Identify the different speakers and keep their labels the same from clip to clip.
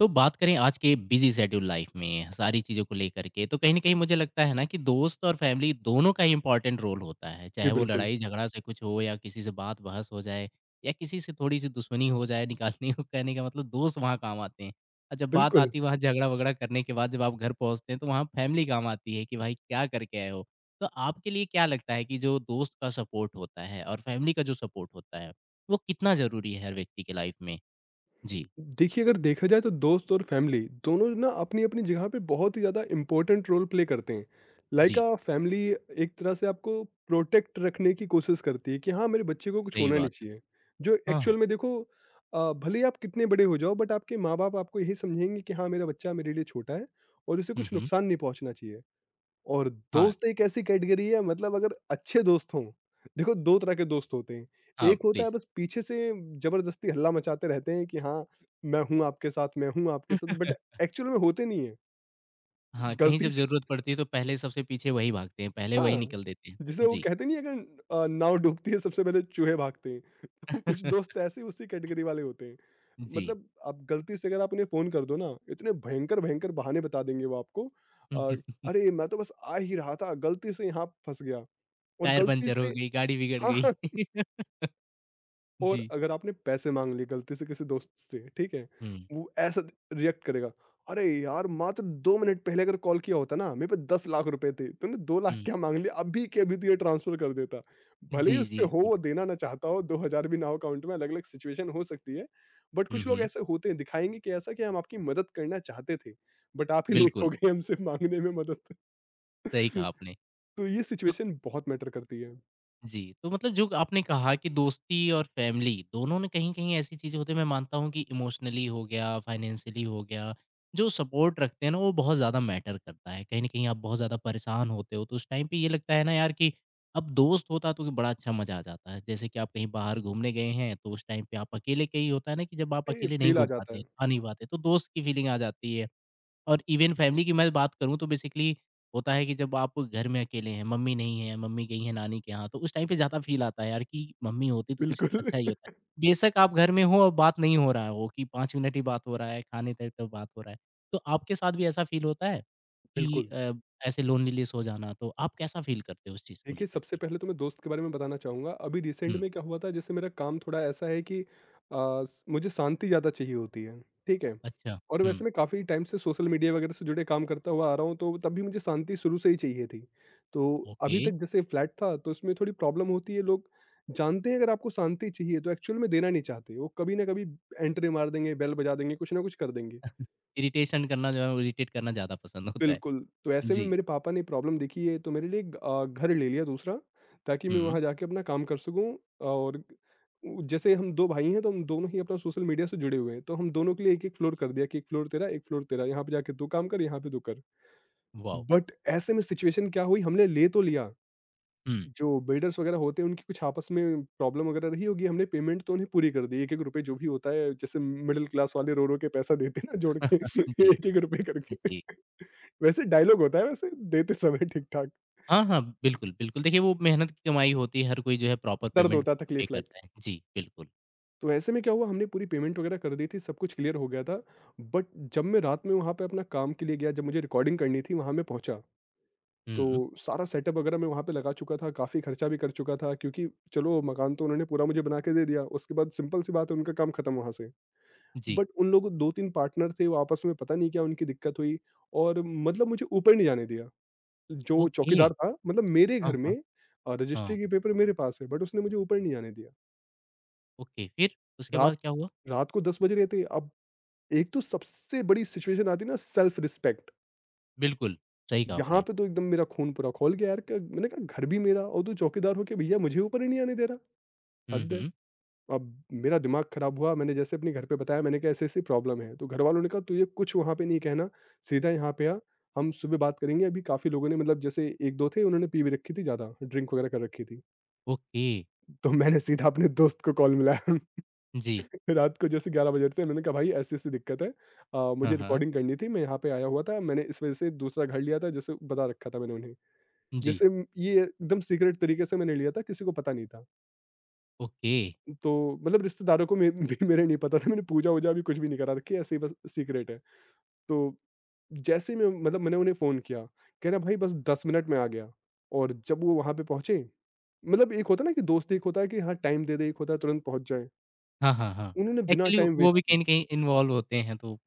Speaker 1: तो बात करें आज के बिजी शेड्यूल लाइफ में सारी चीज़ों को लेकर के तो कहीं न कहीं मुझे लगता है ना कि दोस्त और फैमिली दोनों का ही इम्पोर्टेंट रोल होता है।
Speaker 2: जी,
Speaker 1: चाहे वो
Speaker 2: बिल्कुल।
Speaker 1: लड़ाई झगड़ा से कुछ हो या किसी से बात बहस हो जाए या किसी से थोड़ी-सी दुश्मनी हो जाए निकालने को कहने का मतलब दोस्त वहाँ काम आते हैं। और जब बात
Speaker 2: बिल्कुल,
Speaker 1: आती है वहाँ झगड़ा-वगड़ा करने के बाद जब आप घर पहुँचते हैं तो वहाँ फैमिली काम आती है कि भाई क्या करके आए हो? तो आपके लिए क्या लगता है कि जो दोस्त का सपोर्ट होता है और फैमिली का जो सपोर्ट होता है वो कितना ज़रूरी है हर व्यक्ति के लाइफ में? जी,
Speaker 2: देखिए अगर देखा जाए तो दोस्त और फैमिली दोनों ना अपनी-अपनी जगह पे बहुत ही ज़्यादा इम्पोर्टेंट रोल प्ले करते हैं। लाइक
Speaker 1: जी,
Speaker 2: फैमिली एक तरह से आपको प्रोटेक्ट रखने की कोशिश करती है कि हाँ, मेरे बच्चे को कुछ
Speaker 1: सही
Speaker 2: होना
Speaker 1: बात
Speaker 2: नहीं चाहिए। जो
Speaker 1: है। हाँ,
Speaker 2: एक्चुअल
Speaker 1: हाँ।
Speaker 2: में देखो भले ही आप कितने बड़े हो जाओ बट आपके माँ-बाप आपको यही समझाएँगे कि हाँ, मेरा बच्चा मेरे लिए छोटा है और उसे
Speaker 1: हुँ,
Speaker 2: कुछ
Speaker 1: हुँ।
Speaker 2: नुकसान नहीं पहुँचना चाहिए। और
Speaker 1: हाँ,
Speaker 2: दोस्त एक ऐसी कैटेगरी है मतलब अगर अच्छे दोस्त हों, देखो 2 तरह के दोस्त होते हैं।
Speaker 1: हाँ,
Speaker 2: एक होता है
Speaker 1: प्लीज़।
Speaker 2: बस पीछे से ज़बरदस्ती हल्ला मचाते रहते हैं कि हाँ, मैं हूँ आपके साथ, मैं हूँ आपके साथ बट एक्चुअल में होते नहीं हैं।
Speaker 1: हाँ, कहीं
Speaker 2: गलती
Speaker 1: जब
Speaker 2: से
Speaker 1: ज़रूरत पड़ती है तो पहले सबसे पीछे वही भागते हैं, पहले वही
Speaker 2: हाँ,
Speaker 1: निकल देते हैं।
Speaker 2: जिसे वो
Speaker 1: जी।
Speaker 2: कहते नहीं है अगर नाव डूबती है सबसे पहले चूहे भागते हैं। तो कुछ दोस्त ऐसे उसी कैटेगरी वाले होते हैं।
Speaker 1: जी।
Speaker 2: मतलब आप गलती से अगर आप उन्हें फ़ोन कर दो ना, इतने भयंकर-भयंकर बहाने बता देंगे वो आपको। अ, "अरे! मैं तो बस आ ही रहा था, गलती से यहाँ फँस गया।" और
Speaker 1: टायर
Speaker 2: गलती
Speaker 1: पंचर हो
Speaker 2: से
Speaker 1: गई, गाड़ी बिगड़
Speaker 2: हाँ,
Speaker 1: गई।
Speaker 2: हाँ। और
Speaker 1: जी।
Speaker 2: अगर आपने पैसे माँग लिए गलती से किसी दोस्त से, ठीक है?
Speaker 1: हुँ,
Speaker 2: वो ऐसा रिएक्ट करेगा, "अरे यार! मात्र 2 मिनट पहले अगर कॉल किया होता ना, मेरे पे 10 लाख रुपए थे, तूने 2 लाख
Speaker 1: हुँ।
Speaker 2: क्या माँग लिए? अभी के अभी तुझे ट्रांसफर कर देता।" भले ही
Speaker 1: जी,
Speaker 2: उसपे
Speaker 1: जी,
Speaker 2: हो
Speaker 1: जी।
Speaker 2: वो देना ना चाहता हो, 2000 भी ना हो अकाउंट में, अलग-अलग सिचुएशन हो सकती है। बट
Speaker 1: हुँ,
Speaker 2: कुछ लोग
Speaker 1: हुँ।
Speaker 2: ऐसे होते हैं, दिखाएँगे कि ऐसा कि हम आपकी मदद करना चाहते थे, बट आप ही लेट हो
Speaker 1: बिल्कुल,
Speaker 2: गए हमसे माँगने में मदद।
Speaker 1: सही कहा आपने।
Speaker 2: तो ये
Speaker 1: तो
Speaker 2: सिचुएशन बहुत मैटर करती है।
Speaker 1: जी, तो मतलब जो आपने कहा कि दोस्ती और फैमिली दोनों में कहीं-कहीं ऐसी चीज़ें होती हैं, मैं मानता हूँ कि इमोशनली हो गया, फाइनेंशियली हो गया, जो सपोर्ट रखते हैं ना, वो बहुत ज़्यादा मैटर करता है। कहीं न कहीं आप बहुत ज़्यादा परेशान होते हो, तो उस टाइम पे ये लगता है ना यार कि अब दोस्त होता तो कि बड़ा अच्छा मज़ा आ जाता है। जैसे कि आप कहीं बाहर घूमने गए हैं, तो उस टाइम पे आप अकेले कहीं होता है ना कि जब आप
Speaker 2: ए,
Speaker 1: अकेले नहीं
Speaker 2: फील आ
Speaker 1: घूम
Speaker 2: जाता
Speaker 1: पाते,
Speaker 2: है।
Speaker 1: आ नहीं पाते, तो दोस्त की फीलिंग आ जाती है। और इवन फैमिली की मैं बात करूँ तो बेसिकली होता है कि जब आप घर में अकेले हैं, मम्मी नहीं है, मम्मी गई हैं नानी के यहाँ, तो उस टाइम पे ज़्यादा फ़ील आता है यार कि मम्मी होती तो कुछ
Speaker 2: बिल्कुल।
Speaker 1: अच्छा ही होता। है। बेशक आप घर में हो और बात नहीं हो रहा हो कि 5 मिनट ही बात हो रहा है, खाने तक तो बात हो रहा है। तो आपके साथ भी ऐसा फ़ील होता है कि
Speaker 2: बिल्कुल।
Speaker 1: ऐसे लोनलीनेस हो जाना, तो आप कैसा फ़ील करते हो उस चीज़ को
Speaker 2: देखिए,
Speaker 1: लेकर
Speaker 2: सबसे
Speaker 1: के?
Speaker 2: पहले तो मैं दोस्त के बारे में बताना चाहूँगा, अभी रिसेंट
Speaker 1: हुँ,
Speaker 2: में क्या हुआ था। जैसे मेरा काम थोड़ा ऐसा है कि अ, स मुझे शांति ज़्यादा चाहिए होती है, ठीक है?
Speaker 1: अच्छा,
Speaker 2: और
Speaker 1: हुँ,
Speaker 2: वैसे मैं काफ़ी टाइम से सोशल मीडिया वगैरह से जुड़े काम करता हुआ आ रहा हूँ, तो तब भी मुझे शांति शुरू से ही चाहिए थी। तो
Speaker 1: ओके।
Speaker 2: अभी तक जैसे फ्लैट था, तो उसमें थोड़ी प्रॉब्लम होती है, लोग जानते हैं अगर आपको शांति चाहिए तो एक्चुअल में देना नहीं चाहते, वो कभी न कभी एंट्री मार देंगे, बेल बजा देंगे, कुछ ना कुछ कर देंगे।
Speaker 1: इरिटेशन करना जो है वो इरिटेट करना ज़्यादा पसंद होता है।
Speaker 2: बिल्कुल, तो ऐसे में
Speaker 1: जी,
Speaker 2: मेरे पापा ने प्रॉब्लम देखी है तो मेरे लिए एक घर ले लिया दूसरा, ताकि मैं
Speaker 1: हुँ,
Speaker 2: वहाँ जाके अपना काम कर सकूँ। और उ जैसे हम 2 भाई हैं तो हम दोनों ही अपना सोशल मीडिया से जुड़े हुए हैं, तो हम दोनों के लिए एक-एक फ्लोर कर दिया कि 1 फ्लोर तेरा, 1 फ्लोर तेरा, यहाँ पे जाके तू काम कर, यहाँ पे तू कर।
Speaker 1: वाओ!
Speaker 2: बट ऐसे में सिचुएशन क्या हुई, हमने ले तो लिया,
Speaker 1: हुँ,
Speaker 2: जो बिल्डर्स वगैरह होते हैं उनकी कुछ आपस में प्रॉब्लम वगैरह रही होगी। हमने पेमेंट तो उन्हें पूरी कर दी, एक-एक रुपए जो भी होता है जैसे मिडल क्लास वाले रो-रो के पैसा देते हैं ना जोड़ के
Speaker 1: जी,
Speaker 2: एक-एक रुपए करके।
Speaker 1: जी।
Speaker 2: वैसे डायलॉग होता है वैसे देते समय ठीक-ठाक,
Speaker 1: हाँ, हाँ, बिल्कुल, बिल्कुल। देखिए, वो मेहनत की कमाई होती है, हर कोई जो है प्रॉपर
Speaker 2: दर्द
Speaker 1: पेमेंट
Speaker 2: होता है
Speaker 1: पे
Speaker 2: तकलीफ लाइक।
Speaker 1: करता है। जी, बिल्कुल।
Speaker 2: तो ऐसे में क्या हुआ, हमने पूरी पेमेंट वगैरह कर दी थी, सब कुछ क्लियर हो गया था, बट जब मैं रात में वहाँ पे अपना काम के लिए गया, जब मुझे रिकॉर्डिंग करनी थी वहाँ मैं पहुँचा, तो
Speaker 1: हुँ,
Speaker 2: सारा सेटअप वगैरह मैं वहाँ पे लगा चुका था, काफ़ी खर्चा भी कर चुका था क्योंकि चलो मकान तो उन्होंने पूरा मुझे बना के दे दिया, उसके बाद सिंपल सी बात है उनका काम खत्म वहाँ से।
Speaker 1: जी,
Speaker 2: बट उन लोगों 2-3 पार्टनर थे वो आपस में पता नहीं क्या उनकी दिक्कत हुई और मतलब मुझे ऊपर नहीं जाने दिया। जो
Speaker 1: ओके।
Speaker 2: चौकीदार था मतलब मेरे
Speaker 1: हाँ,
Speaker 2: घर में,
Speaker 1: हाँ, हाँ,
Speaker 2: रजिस्ट्री के पेपर मेरे पास है बट उसने मुझे ऊपर नहीं जाने दिया।
Speaker 1: ओके, फिर उसके
Speaker 2: रात
Speaker 1: बाद क्या हुआ?
Speaker 2: रात को 10 बज रहे थे, अब एक तो सबसे बड़ी सिचुएशन आती है ना सेल्फ रिस्पेक्ट।
Speaker 1: बिल्कुल, सही कहा
Speaker 2: यहाँ
Speaker 1: आपने।
Speaker 2: पे तो एकदम मेरा खून पूरा खौल गया यार। क मैंने कहा घर भी मेरा और तू चौकीदार हो के भैया मुझे ऊपर ही नहीं आने दे रहा।
Speaker 1: हुँ,
Speaker 2: हद है।
Speaker 1: हुँ,
Speaker 2: अब मेरा दिमाग खराब हुआ, मैंने जैसे अपने घर पे बताया, मैंने कहा ऐसी-ऐसी प्रॉब्लम है। तो घरवालों ने कहा तुझे कुछ वहाँ पे नहीं कहना, सीधा यहाँ पे आ, हम सुबह बात करेंगे। अभी काफ़ी लोगों ने मतलब जैसे 1-2 थे उन्होंने पी भी रखी थी ज़्यादा, ड्रिंक वगैरह कर रखी थी।
Speaker 1: ओके,
Speaker 2: तो मैंने सीधा अपने दोस्त को कॉल मिलाया।
Speaker 1: जी,
Speaker 2: रात को जैसे 11 बजे थे, मैंने कहा भाई ऐसी-ऐसी दिक्कत है।
Speaker 1: हाँ,
Speaker 2: मुझे
Speaker 1: हाँ,
Speaker 2: रिकॉर्डिंग करनी थी मैं यहाँ पे आया हुआ था, मैंने इस वजह से दूसरा घर लिया था जैसे बता रखा था मैंने उन्हें।
Speaker 1: जी,
Speaker 2: जैसे ये एकदम सीक्रेट तरीके से मैंने लिया था, किसी को पता नहीं था।
Speaker 1: ओके,
Speaker 2: तो मतलब रिश्तेदारों को मे भी मेरे नहीं पता था, मैंने पूजा-वूजा भी कुछ भी नहीं करा रखी है, ऐसे ही बस सीक्रेट है। तो जैसे ही मैं मतलब मैंने उन्हें फ़ोन किया, कह रहा भाई बस 10 मिनट में आ गया। और जब वो वहाँ पे पहुँचे, मतलब एक होता है ना कि दोस्त एक होता है कि हाँ, टाइम दे दे, एक होता है तुरंत पहुँच जाए।
Speaker 1: हाँ, हाँ, हाँ।
Speaker 2: उन्होंने बिना
Speaker 1: एक्चुअली
Speaker 2: टाइम
Speaker 1: वो
Speaker 2: वेस्ट
Speaker 1: भी
Speaker 2: किए
Speaker 1: कहीं न कहीं इन्वॉल्व होते हैं, तो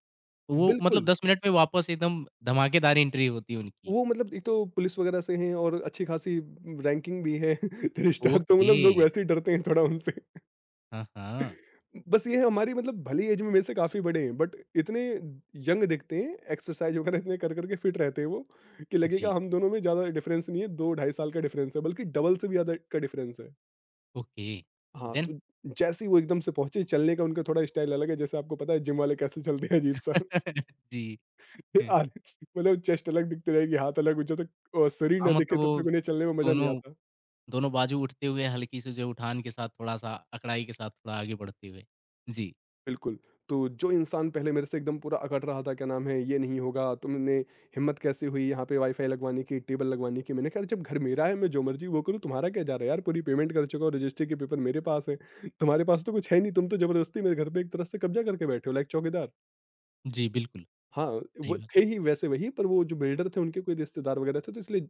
Speaker 1: वो मतलब
Speaker 2: बिल्कुल,
Speaker 1: 10 मिनट में वापस एकदम धमाकेदार एंट्री होती है उनकी।
Speaker 2: वो मतलब एक तो पुलिस वगैरह से हैं और अच्छी-खासी रैंकिंग भी है, 3 स्टार, तो
Speaker 1: ओके,
Speaker 2: मतलब लोग वैसे ही डरते हैं थोड़ा उनसे।
Speaker 1: हाँ, हाँ,
Speaker 2: बस ये है हमारी मतलब भली एज में मेरे से काफ़ी बड़े हैं बट इतने यंग दिखते हैं, एक्सरसाइज वगैरह इतने कर करके फिट रहते हैं वो कि लगेगा
Speaker 1: जी,
Speaker 2: हम दोनों में ज़्यादा डिफरेंस नहीं है, दो ढाई साल का डिफरेंस है, बल्कि डबल से भी ज़्यादा का डिफरेंस है।
Speaker 1: ओके,
Speaker 2: हाँ,
Speaker 1: देन?
Speaker 2: तो जैसे ही वो एकदम से पहुंचे, चलने का उनका थोड़ा स्टाइल अलग है, जैसे आपको पता है जिम वाले कैसे चलते हैं अजीब सा।
Speaker 1: जी।
Speaker 2: आधे- मतलब चेस्ट अलग दिखती रहेगी, हाथ अलग हो, जब तक शरीर
Speaker 1: हाँ,
Speaker 2: ना
Speaker 1: मतलब
Speaker 2: दिखे तब
Speaker 1: वो
Speaker 2: तक उन्हें चलने में मजा नहीं
Speaker 1: दोनों
Speaker 2: आता।
Speaker 1: दोनों बाजू उठते हुए हल्की से जो उठान के साथ थोड़ा-सा अकड़ाई के साथ थोड़ा आगे बढ़ते हुए। जी,
Speaker 2: बिल्कुल, तो जो इंसान पहले मेरे से एकदम पूरा अकड़ रहा था, क्या नाम है, ये नहीं होगा, तुमने हिम्मत कैसे हुई यहाँ पे वाई-फाई लगवाने की, टेबल लगवाने की? मैंने कहा जब घर मेरा है, मैं जो मर्ज़ी वो करूँ, तुम्हारा क्या जा रहा है यार? पूरी पेमेंट कर चुका हूँ, रजिस्ट्री के पेपर मेरे पास हैं, तुम्हारे पास तो कुछ है नहीं, तुम तो ज़बरदस्ती मेरे घर पे एक तरह से कब्ज़ा करके बैठे हो लाइक चौकीदार।
Speaker 1: जी, बिल्कुल,
Speaker 2: हाँ,
Speaker 1: सही
Speaker 2: वो
Speaker 1: बात।
Speaker 2: थे ही वैसे वही, पर वो जो बिल्डर थे उनके कोई रिश्तेदार वगैरह थे, तो इसलिए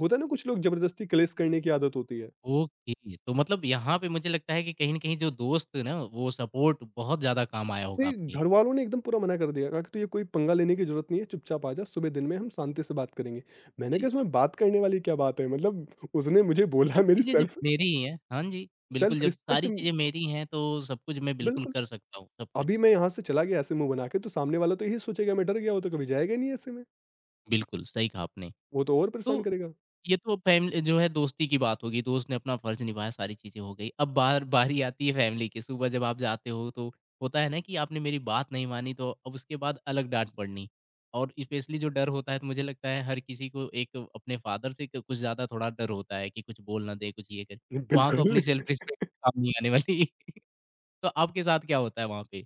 Speaker 2: होता है ना कुछ लोग ज़बरदस्ती क्लेश करने की आदत होती है।
Speaker 1: ओके, तो मतलब यहाँ पे मुझे लगता है कि कहीं न कहीं जो दोस्त ना वो सपोर्ट बहुत ज़्यादा काम आया होगा
Speaker 2: नहीं,
Speaker 1: आपके।
Speaker 2: घर वालों ने एकदम पूरा मना कर दिया, कहा कि तुझे कोई पंगा लेने की जरूरत नहीं है, चुपचाप आ जा, सुबह दिन में हम शांति से बात करेंगे। मैंने
Speaker 1: जी।
Speaker 2: कहा इसमें बात करने वाली क्या बात है, मतलब उसने मुझे
Speaker 1: हाँ,
Speaker 2: बोला मेरी
Speaker 1: चीज़ें जब
Speaker 2: सेल्फ
Speaker 1: मेरी ही हैं हाँ जी, बिल्कुल
Speaker 2: सेल्फ
Speaker 1: जब
Speaker 2: रिस्पेक्ट।
Speaker 1: सारी चीज़ें मेरी हैं तो सब कुछ मैं बिल्कुल
Speaker 2: बिल्कुल।
Speaker 1: कर सकता हूँ, सब कुछ।
Speaker 2: अभी मैं यहाँ से चला गया ऐसे मुंह बना के तो सामने वाला तो यही सोचेगा मैं डर गया, वो तो कभी जाएगा ही नहीं, ऐसे में
Speaker 1: बिल्कुल, सही कहा आपने।
Speaker 2: वो तो और परेशान
Speaker 1: तो
Speaker 2: करेगा।
Speaker 1: ये तो फैमिली जो है दोस्ती की बात होगी, दोस्त ने अपना फ़र्ज़ निभाया, सारी चीज़ें हो गई। अब बारी आती है फैमिली की, सुबह जब आप जाते हो तो होता है ना कि आपने मेरी बात नहीं मानी तो अब उसके बाद अलग डाँट पड़नी। और स्पेशली जो डर होता है तो मुझे लगता है हर किसी को एक अपने फ़ादर से क कुछ ज़्यादा थोड़ा डर होता है कि कुछ बोल ना दे, कुछ ये करे। वहाँ तो अपनी
Speaker 2: बिल्कुल।
Speaker 1: सेल्फ रिस्पेक्ट काम नहीं आने वाली। तो आपके साथ क्या होता है वहाँ पे?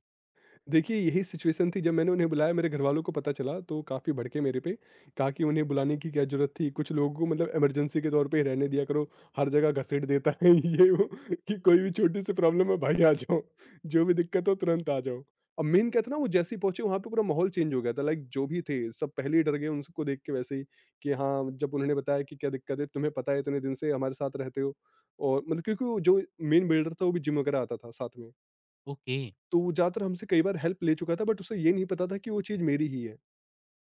Speaker 2: देखिए, यही सिचुएशन थी जब मैंने उन्हें बुलाया, मेरे घरवालों को पता चला तो काफ़ी भड़के मेरे पे, कहा कि उन्हें बुलाने की क्या ज़रूरत थी? कुछ लोगों को मतलब इमरजेंसी के तौर पे ही रहने दिया करो, हर जगह घसीट देता है ये वो कि कोई भी छोटी-सी प्रॉब्लम है भाई आ जाओ, जो भी दिक्कत हो तुरंत आ जाओ। अब मेन क्या था ना वो जैसे ही पहुँचे वहाँ पे पूरा माहौल चेंज हो गया था लाइक, जो भी थे सब पहले ही डर गए उनको देख के वैसे ही कि हाँ, जब उन्होंने बताया कि क्या दिक्कत है? तुम्हें पता है इतने दिन से हमारे साथ रहते हो और मतलब क्योंकि वो जो मेन बिल्डर था वो भी जिम वगैरह आता था साथ में।
Speaker 1: ओके,
Speaker 2: तो वो ज़्यादातर हमसे कई बार हेल्प ले चुका था बट उसे ये नहीं पता था कि वो चीज़ मेरी ही है।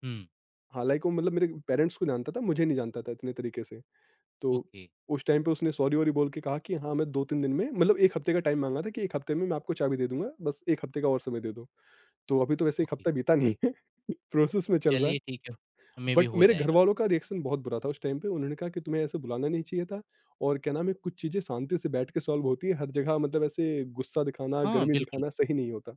Speaker 1: हुँ,
Speaker 2: हालाँकि वो मतलब मेरे पेरेंट्स को जानता था, मुझे नहीं जानता था इतने तरीके से। तो
Speaker 1: ओके,
Speaker 2: उस टाइम पे उसने सॉरी-वॉरी बोल के कहा कि हाँ, मैं 2-3 दिन में मतलब 1 हफ्ते का टाइम माँगा था कि 1 हफ्ते में मैं आपको चाबी दे दूँगा, बस 1 हफ्ते का और समय दे दो। तो अभी तो वैसे 1
Speaker 1: ओके,
Speaker 2: हफ्ता बीता नहीं है, प्रोसेस में चल रहा है।
Speaker 1: चलिए ठीक है, मेबी
Speaker 2: बट
Speaker 1: हो
Speaker 2: मेरे
Speaker 1: जाएगा।
Speaker 2: घरवालों का रिएक्शन बहुत बुरा था उस टाइम पे। उन्होंने कहा कि तुम्हें ऐसे बुलाना नहीं चाहिए था और क्या नाम है, कुछ चीज़ें शांति से बैठ के सॉल्व होती है, हर जगह मतलब ऐसे गुस्सा दिखाना,
Speaker 1: हाँ,
Speaker 2: गर्मी
Speaker 1: बिल्कुल।
Speaker 2: दिखाना सही नहीं होता।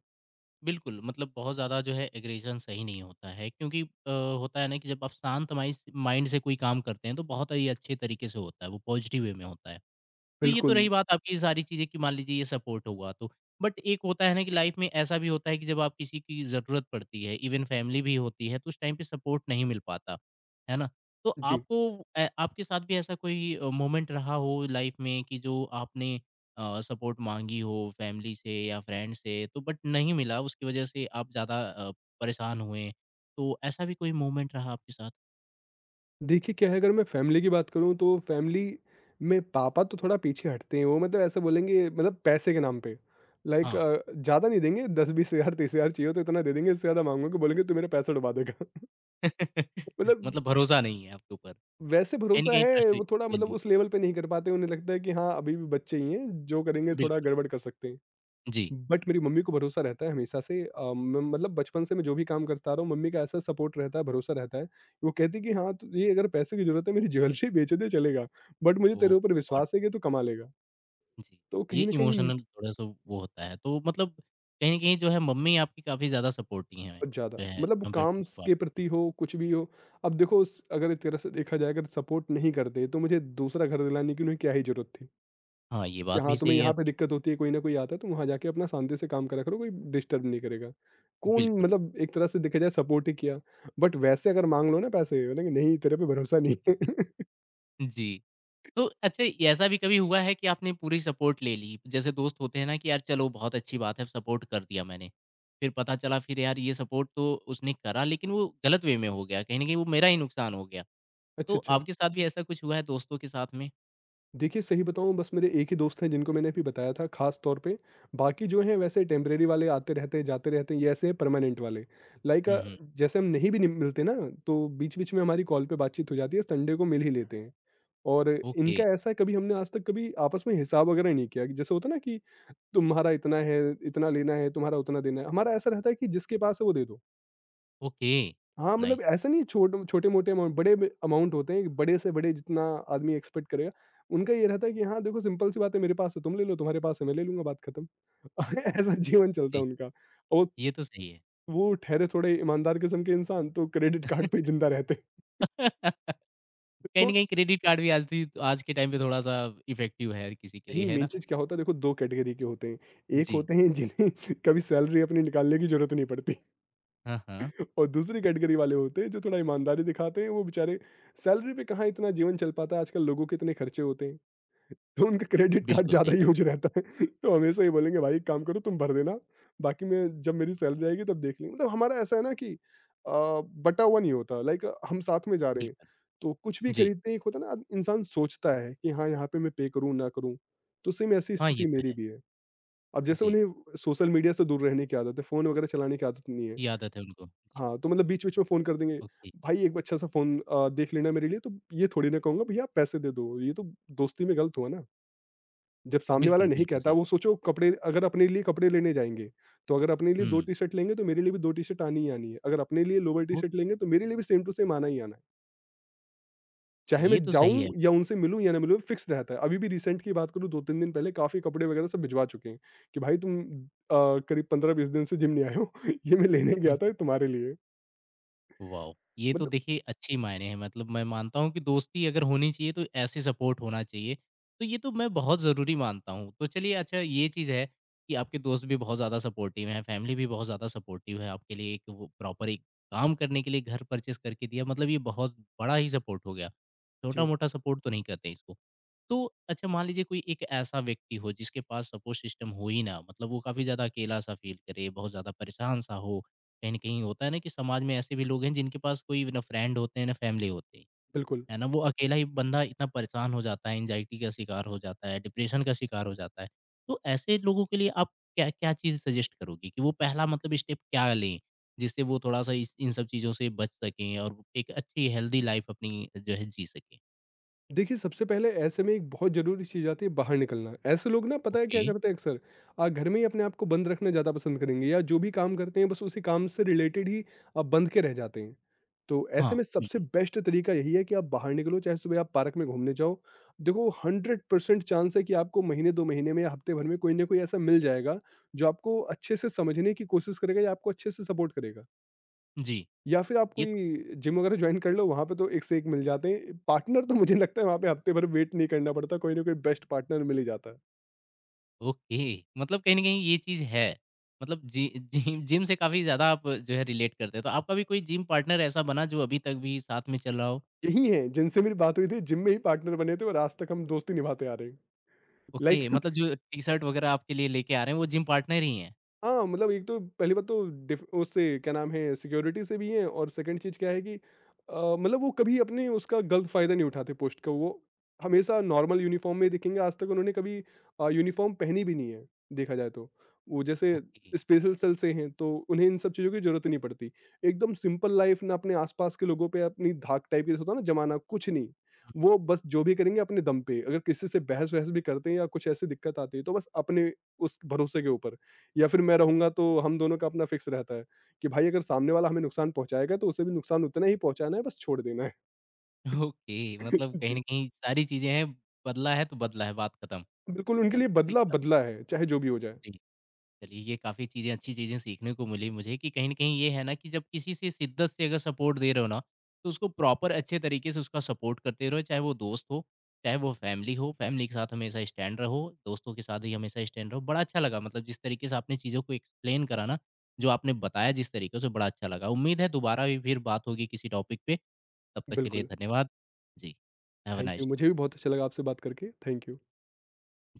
Speaker 1: बिल्कुल, मतलब बहुत ज़्यादा जो है एग्रेशन सही नहीं होता है क्योंकि होता है ना कि जब आप शांत माइस माइंड से कोई काम करते हैं तो बहुत ही अच्छे तरीके से होता है, वो पॉजिटिव वे में होता है। तो ये तो
Speaker 2: बिल्कुल,
Speaker 1: रही बात आपकी सारी चीज़ें कि मान लीजिए ये सपोर्ट हुआ तो। बट एक होता है ना कि लाइफ में ऐसा भी होता है कि जब आप किसी की ज़रूरत पड़ती है, इवन फैमिली भी होती है, तो उस टाइम पे सपोर्ट नहीं मिल पाता, है ना? तो
Speaker 2: जी।
Speaker 1: आपको ए आपके साथ भी ऐसा कोई मोमेंट रहा हो लाइफ में कि जो आपने सपोर्ट माँगी हो फैमिली से या फ्रेंड से तो बट नहीं मिला, उसकी वजह से आप ज़्यादा परेशान हुए, तो ऐसा भी कोई मोमेंट रहा आपके साथ?
Speaker 2: देखिए क्या है, अगर मैं फैमिली की बात करूँ तो फैमिली में पापा तो थोड़ा पीछे हटते हैं, वो मतलब ऐसा बोलेंगे मतलब पैसे के नाम पे लाइक
Speaker 1: हाँ।
Speaker 2: ज़्यादा नहीं देंगे। 10-20 हज़ार 30 हज़ार चाहिए हो तो इतना दे देंगे, इससे ज़्यादा मांगोगे बोलेंगे तू मेरा पैसा डुबा देगा। मतलब
Speaker 1: मतलब भरोसा नहीं है आपके ऊपर,
Speaker 2: वैसे
Speaker 1: कहीं न
Speaker 2: भरोसा
Speaker 1: कहीं
Speaker 2: है,
Speaker 1: ट्रस्ट इ
Speaker 2: वो थोड़ा मतलब
Speaker 1: वैल्यू।
Speaker 2: उस लेवल पे नहीं कर पाते। उन्हें लगता है कि हाँ, अभी भी बच्चे ही हैं, जो करेंगे थोड़ा
Speaker 1: बिल्कुल।
Speaker 2: गड़बड़ कर सकते हैं।
Speaker 1: जी।
Speaker 2: बट मेरी मम्मी को भरोसा रहता है हमेशा से। मैं मतलब बचपन से मैं जो भी काम करता आ रहा हूँ मम्मी का ऐसा सपोर्ट रहता है, भरोसा रहता है। वो कहती कि हाँ तो ये अगर पैसे की जरूरत है, मेरी ज्वेलरी बेच दे, चलेगा। बट मुझे
Speaker 1: ओह माय
Speaker 2: तेरे ऊपर
Speaker 1: गॉड!
Speaker 2: विश्वास है कि तू कमा लेगा।
Speaker 1: जी,
Speaker 2: तो
Speaker 1: ये
Speaker 2: कहीं ना कहीं
Speaker 1: इमोशनल थोड़ा-सा वो होता है। तो मतलब कहीं न कहीं जो है मम्मी आपकी काफ़ी ज़्यादा सपोर्टिव हैं,
Speaker 2: बहुत ज्यादा
Speaker 1: जो है
Speaker 2: मतलब
Speaker 1: कंपैरेटिव
Speaker 2: काम
Speaker 1: टू
Speaker 2: के
Speaker 1: पापा।
Speaker 2: प्रति हो कुछ भी हो। अब देखो अगर एक तरह से देखा जाए, अगर सपोर्ट नहीं करते तो मुझे दूसरा घर दिलाने की उन्हें क्या ही जरूरत थी
Speaker 1: हाँ, ये
Speaker 2: कि
Speaker 1: बात भी
Speaker 2: हाँ, तुम्हें
Speaker 1: सही है
Speaker 2: यहाँ पे
Speaker 1: आपकी।
Speaker 2: दिक्कत होती है, कोई ना कोई आता है, तुम वहाँ जाके अपना शांति से काम करा करो, कोई डिस्टर्ब नहीं करेगा। कौन
Speaker 1: बिल्कुल,
Speaker 2: मतलब एक तरह से देखा जाए सपोर्ट ही किया, बट वैसे अगर माँग लो ना पैसे, बोलेंगे नहीं तेरे पे भरोसा नहीं है।
Speaker 1: जी। तो अच्छा ये ऐसा भी कभी हुआ है कि आपने पूरी सपोर्ट ले ली? जैसे दोस्त होते हैं ना कि यार चलो बहुत अच्छी बात है सपोर्ट कर दिया मैंने। फिर पता चला फिर यार ये सपोर्ट तो उसने करा लेकिन वो गलत वे में हो गया, कहीं न कहीं वो मेरा ही नुकसान हो गया। तो
Speaker 2: अच्छा, अच्छा।
Speaker 1: आपके साथ भी ऐसा कुछ हुआ है दोस्तों के साथ में?
Speaker 2: देखिए सही बताऊँ, बस मेरे एक ही दोस्त हैं जिनको मैंने अभी बताया था खास तौर पे, बाकी जो हैं वैसे टेम्परेरी वाले आते रहते हैं, जाते रहते हैं, ये ऐसे हैं परमानेंट वाले। लाइक
Speaker 1: हुँ, हुँ।
Speaker 2: जैसे हम नहीं भी नि मिलते ना, तो बीच-बीच में हमारी कॉल पे बातचीत हो जाती है, संडे को मिल ही लेते हैं। और
Speaker 1: ओके,
Speaker 2: इनका ऐसा है, कभी हमने आज तक कभी आपस में हिसाब वगैरह नहीं किया कि जैसे होता है ना कि तुम्हारा इतना है, इतना लेना है, तुम्हारा उतना देना है। हमारा ऐसा रहता है कि जिसके पास है वो दे दो।
Speaker 1: ओके,
Speaker 2: हाँ, मतलब
Speaker 1: नाइस।
Speaker 2: ऐसा नहीं है, छोटे-मोटे अमाउंट बड़े में अमाउंट होते हैं, बड़े से बड़े जितना आदमी एक्सपेक्ट करेगा। उनका ये रहता है कि हाँ, देखो सिंपल सी बात है, मेरे पास है तुम ले लो, तुम्हारे पास है मैं ले लूँगा, बात खत्म। ऐसा जीवन चलता
Speaker 1: जी,
Speaker 2: है उनका। और
Speaker 1: ये तो सही है।
Speaker 2: वो ठहरे थोड़े ईमानदार किस्म के इंसान तो क्रेडिट कार्ड पे ही जिंदा रहते हैं।
Speaker 1: कहीं
Speaker 2: वो
Speaker 1: न कहीं क्रेडिट कार्ड भी आज के टाइम पे थोड़ा-सा इफ़ेक्टिव है हर किसी के लिए,
Speaker 2: नहीं,
Speaker 1: है
Speaker 2: मेन
Speaker 1: ना?
Speaker 2: चीज़ क्या होता है, देखो 2 कैटेगरी के होते हैं। एक
Speaker 1: जी।
Speaker 2: होते हैं जिन्हें कभी सैलरी अपनी निकालने की ज़रूरत नहीं पड़ती,
Speaker 1: हाँ, हाँ।
Speaker 2: और दूसरी कैटेगरी वाले होते हैं जो थोड़ा ईमानदारी दिखाते हैं, वो बेचारे सैलरी पे कहाँ इतना जीवन चल पाता है, आजकल लोगों के इतने खर्चे होते हैं। तो उनका क्रेडिट कार्ड
Speaker 1: बिल्कुल सही
Speaker 2: ज़्यादा
Speaker 1: कहा
Speaker 2: यूज़
Speaker 1: आपने।
Speaker 2: रहता है। तो हमेशा ये बोलेंगे भाई एक काम करो तुम भर देना, बाकी मैं जब मेरी सैलरी आएगी तब देख लेंगे। मतलब हमारा ऐसा है ना कि बँटा हुआ नहीं होता, लाइक हम साथ में जा रहे हैं,
Speaker 1: बिल्कुल।
Speaker 2: तो कुछ भी
Speaker 1: जी।
Speaker 2: खरीदते हैं, एक होता है ना इंसान सोचता है कि हाँ, यहाँ पे मैं पे करूँ ना करूँ, तो सेम ऐसी
Speaker 1: हाँ, ये
Speaker 2: स्थिति
Speaker 1: तो
Speaker 2: मेरी
Speaker 1: है।
Speaker 2: भी है। अब जैसे
Speaker 1: जी,
Speaker 2: उन्हें सोशल मीडिया से दूर रहने की आदत है, फ़ोन वगैरह चलाने की आदत नहीं है।
Speaker 1: ये आदत है उनको। जी,
Speaker 2: हाँ, तो मतलब बीच-बीच में फ़ोन कर देंगे,
Speaker 1: ओके।
Speaker 2: भाई एक अच्छा सा फ़ोन देख लेना मेरे लिए तो। ये थोड़ी ना कहूँगा भैया आप पैसे दे दो, ये तो दोस्ती में गलत हुआ ना। जब सामने वाला
Speaker 1: बिल्कुल,
Speaker 2: नहीं
Speaker 1: बिल्कुल
Speaker 2: कहता,
Speaker 1: सही।
Speaker 2: वो सोचो कपड़े अगर अपने लिए कपड़े लेने जाएँगे, तो अगर अपने लिए 2
Speaker 1: हुँ,
Speaker 2: टी-शर्ट लेंगे तो मेरे लिए भी 2 टी-शर्ट आनी ही आनी है। अगर अपने लिए लोवर
Speaker 1: वो
Speaker 2: टी-शर्ट लेंगे तो मेरे लिए भी सेम टू सेम आना ही आना है। चाहे मैं
Speaker 1: ये तो सही है।
Speaker 2: जाऊँ या उनसे मिलूँ या ना मिलूँ, फिक्स रहता है। अभी भी रिसेंट की बात करूँ, 2-3 दिन पहले काफ़ी कपड़े वगैरह सब भिजवा चुके हैं कि भाई तुम करीब 15-20 दिन से जिम नहीं आए हो, ये मैं लेने
Speaker 1: हुँ।
Speaker 2: गया था तुम्हारे लिए।
Speaker 1: वाओ! ये तो
Speaker 2: मतलब
Speaker 1: देखिए अच्छी मायने हैं मतलब मैं मानता हूँ कि दोस्ती अगर होनी चाहिए तो ऐसे सपोर्ट होना चाहिए। तो ये तो मैं बहुत ज़रूरी मानता हूँ। तो चलिए अच्छा ये चीज़ है कि आपके दोस्त भी बहुत ज़्यादा सपोर्टिव हैं, फैमिली भी बहुत ज़्यादा सपोर्टिव है आपके लिए एक वो प्रॉपर एक काम करने के लिए घर परचेज़ करके दिया मतलब ये बहुत बड़ा ही सपोर्ट हो गया।
Speaker 2: जी,
Speaker 1: छोटा-मोटा सपोर्ट तो नहीं कहते इसको। तो अच्छा मान लीजिए कोई एक ऐसा व्यक्ति हो जिसके पास सपोर्ट सिस्टम हो ही ना मतलब वो काफ़ी ज़्यादा अकेला-सा फ़ील करे, बहुत ज़्यादा परेशान-सा हो कहीं न कहीं होता है ना कि समाज में ऐसे भी लोग हैं जिनके पास कोई ना फ्रेंड होते हैं, ना फैमिली होती है।
Speaker 2: बिल्कुल।
Speaker 1: है ना? वो अकेला ही बंदा इतना परेशान हो जाता है, एंग्ज़ायटी का शिकार हो जाता है, डिप्रेशन का शिकार हो जाता है। तो ऐसे लोगों के लिए आप क्या क्या चीज़ सजेस्ट करोगी कि वो पहला मतलब स्टेप क्या लें? जिससे वो थोड़ा-सा इस इन सब चीज़ों से बच सकें और एक अच्छी हेल्दी लाइफ़ अपनी जो है जी सकें?
Speaker 2: देखिए, सबसे पहले ऐसे में एक बहुत ज़रूरी चीज़ आती है, बाहर निकलना। ऐसे लोग ना, पता है
Speaker 1: ओके।
Speaker 2: क्या करते हैं अक्सर, घर में ही अपने आप को बंद रखना ज़्यादा पसंद करेंगे, या जो भी काम करते हैं बस उसी काम से रिलेटेड ही बंध के रह जाते हैं। तो
Speaker 1: हाँ,
Speaker 2: ऐसे में सबसे
Speaker 1: बिल्कुल।
Speaker 2: बेस्ट तरीका यही है कि आप बाहर निकलो, चाहे सुबह आप पार्क में घूमने जाओ। देखो 100% चांस है कि आपको महीने 2 महीने में या हफ्ते भर में कोई ना कोई ऐसा मिल जाएगा, जो आपको अच्छे से समझने की कोशिश करेगा या आपको अच्छे से सपोर्ट करेगा।
Speaker 1: जी।
Speaker 2: या फिर आप
Speaker 1: ये
Speaker 2: कोई जिम वगैरह जॉइन कर लो, वहाँ पे तो एक से एक मिल जाते हैं। पार्टनर तो मुझे लगता है वहाँ पे हफ्ते भर वेट नहीं करना पड़ता, कोई ना कोई बेस्ट पार्टनर मिल ही जाता है।
Speaker 1: ओके, मतलब कहीं न कहीं ये चीज़ है। मतलब जि जिम जिम से काफ़ी ज़्यादा आप जो है रिलेट करते हो। तो आपका भी कोई जिम पार्टनर ऐसा बना जो अभी तक भी साथ में चल रहा हो?
Speaker 2: यही हैं जिनसे मेरी बात हुई थी, जिम में ही पार्टनर बने थे और आज तक हम दोस्ती निभाते आ रहे हैं।
Speaker 1: ओके,
Speaker 2: लाइक
Speaker 1: मतलब जो टी-शर्ट वग़ैरह आपके लिए लेके आ रहे हैं वो जिम पार्टनर ही हैं?
Speaker 2: हाँ, मतलब एक तो पहली बात तो डिफ उससे क्या नाम है, सिक्योरिटी से भी हैं, और सेकंड चीज़ क्या है कि मतलब वो कभी अपने उसका गलत फ़ायदा नहीं उठाते पोस्ट का। वो हमेशा नॉर्मल यूनिफ़ॉर्म में ही दिखेंगे, आज तक उन्होंने कभी यूनिफ़ॉर्म पहनी भी नहीं है, देखा जाए तो। वो जैसे
Speaker 1: ओके,
Speaker 2: स्पेशल सेल से हैं तो उन्हें इन सब चीज़ों की ज़रूरत ही नहीं पड़ती। एकदम सिंपल लाइफ़ ना, अपने आस-पास के लोगों पे अपनी धाक टाइप जैसे होता है ना जमाना, कुछ नहीं। वो बस जो भी करेंगे अपने दम पे, अगर किसी से बहस-वहस भी करते हैं या कुछ ऐसी दिक्कत आती है तो बस अपने उस भरोसे के ऊपर। या फिर मैं रहूँगा तो हम दोनों का अपना फिक्स रहता है कि भाई अगर सामने वाला हमें नुकसान पहुँचाएगा तो उसे भी नुकसान उतना ही पहुँचाना है, बस छोड़ देना है।
Speaker 1: ओके मतलब कहीं न
Speaker 2: जी,
Speaker 1: कहीं सारी चीज़ें हैं, बदला है तो बदला है, बात खत्म।
Speaker 2: बिल्कुल उनके
Speaker 1: है ना?
Speaker 2: लिए
Speaker 1: तो ये
Speaker 2: बदला
Speaker 1: सब
Speaker 2: बदला है, चाहे जो भी हो जाए।
Speaker 1: जी। चलिए ये काफ़ी चीज़ें अच्छी चीज़ें सीखने को मिली मुझे कि कहीं न कहीं ये है ना कि जब किसी से शिद्दत से अगर सपोर्ट दे रहे हो ना, तो उसको प्रॉपर अच्छे तरीके से उसका सपोर्ट करते रहो, चाहे वो दोस्त हो, चाहे वो फैमिली हो, फैमिली के साथ हमेशा स्टैंड रहो, दोस्तों के साथ ही हमेशा स्टैंड रहो। बड़ा अच्छा लगा मतलब जिस तरीके से आपने चीज़ों को एक्सप्लेन करा ना, जो आपने बताया जिस तरीके से बड़ा अच्छा लगा। उम्मीद है दोबारा भी फिर बात होगी किसी टॉपिक पे, तब तक के लिए
Speaker 2: बिल्कुल,
Speaker 1: धन्यवाद। जी, have a
Speaker 2: thank you.
Speaker 1: Nice day.
Speaker 2: मुझे भी बहुत अच्छा लगा आपसे बात करके, थैंक यू।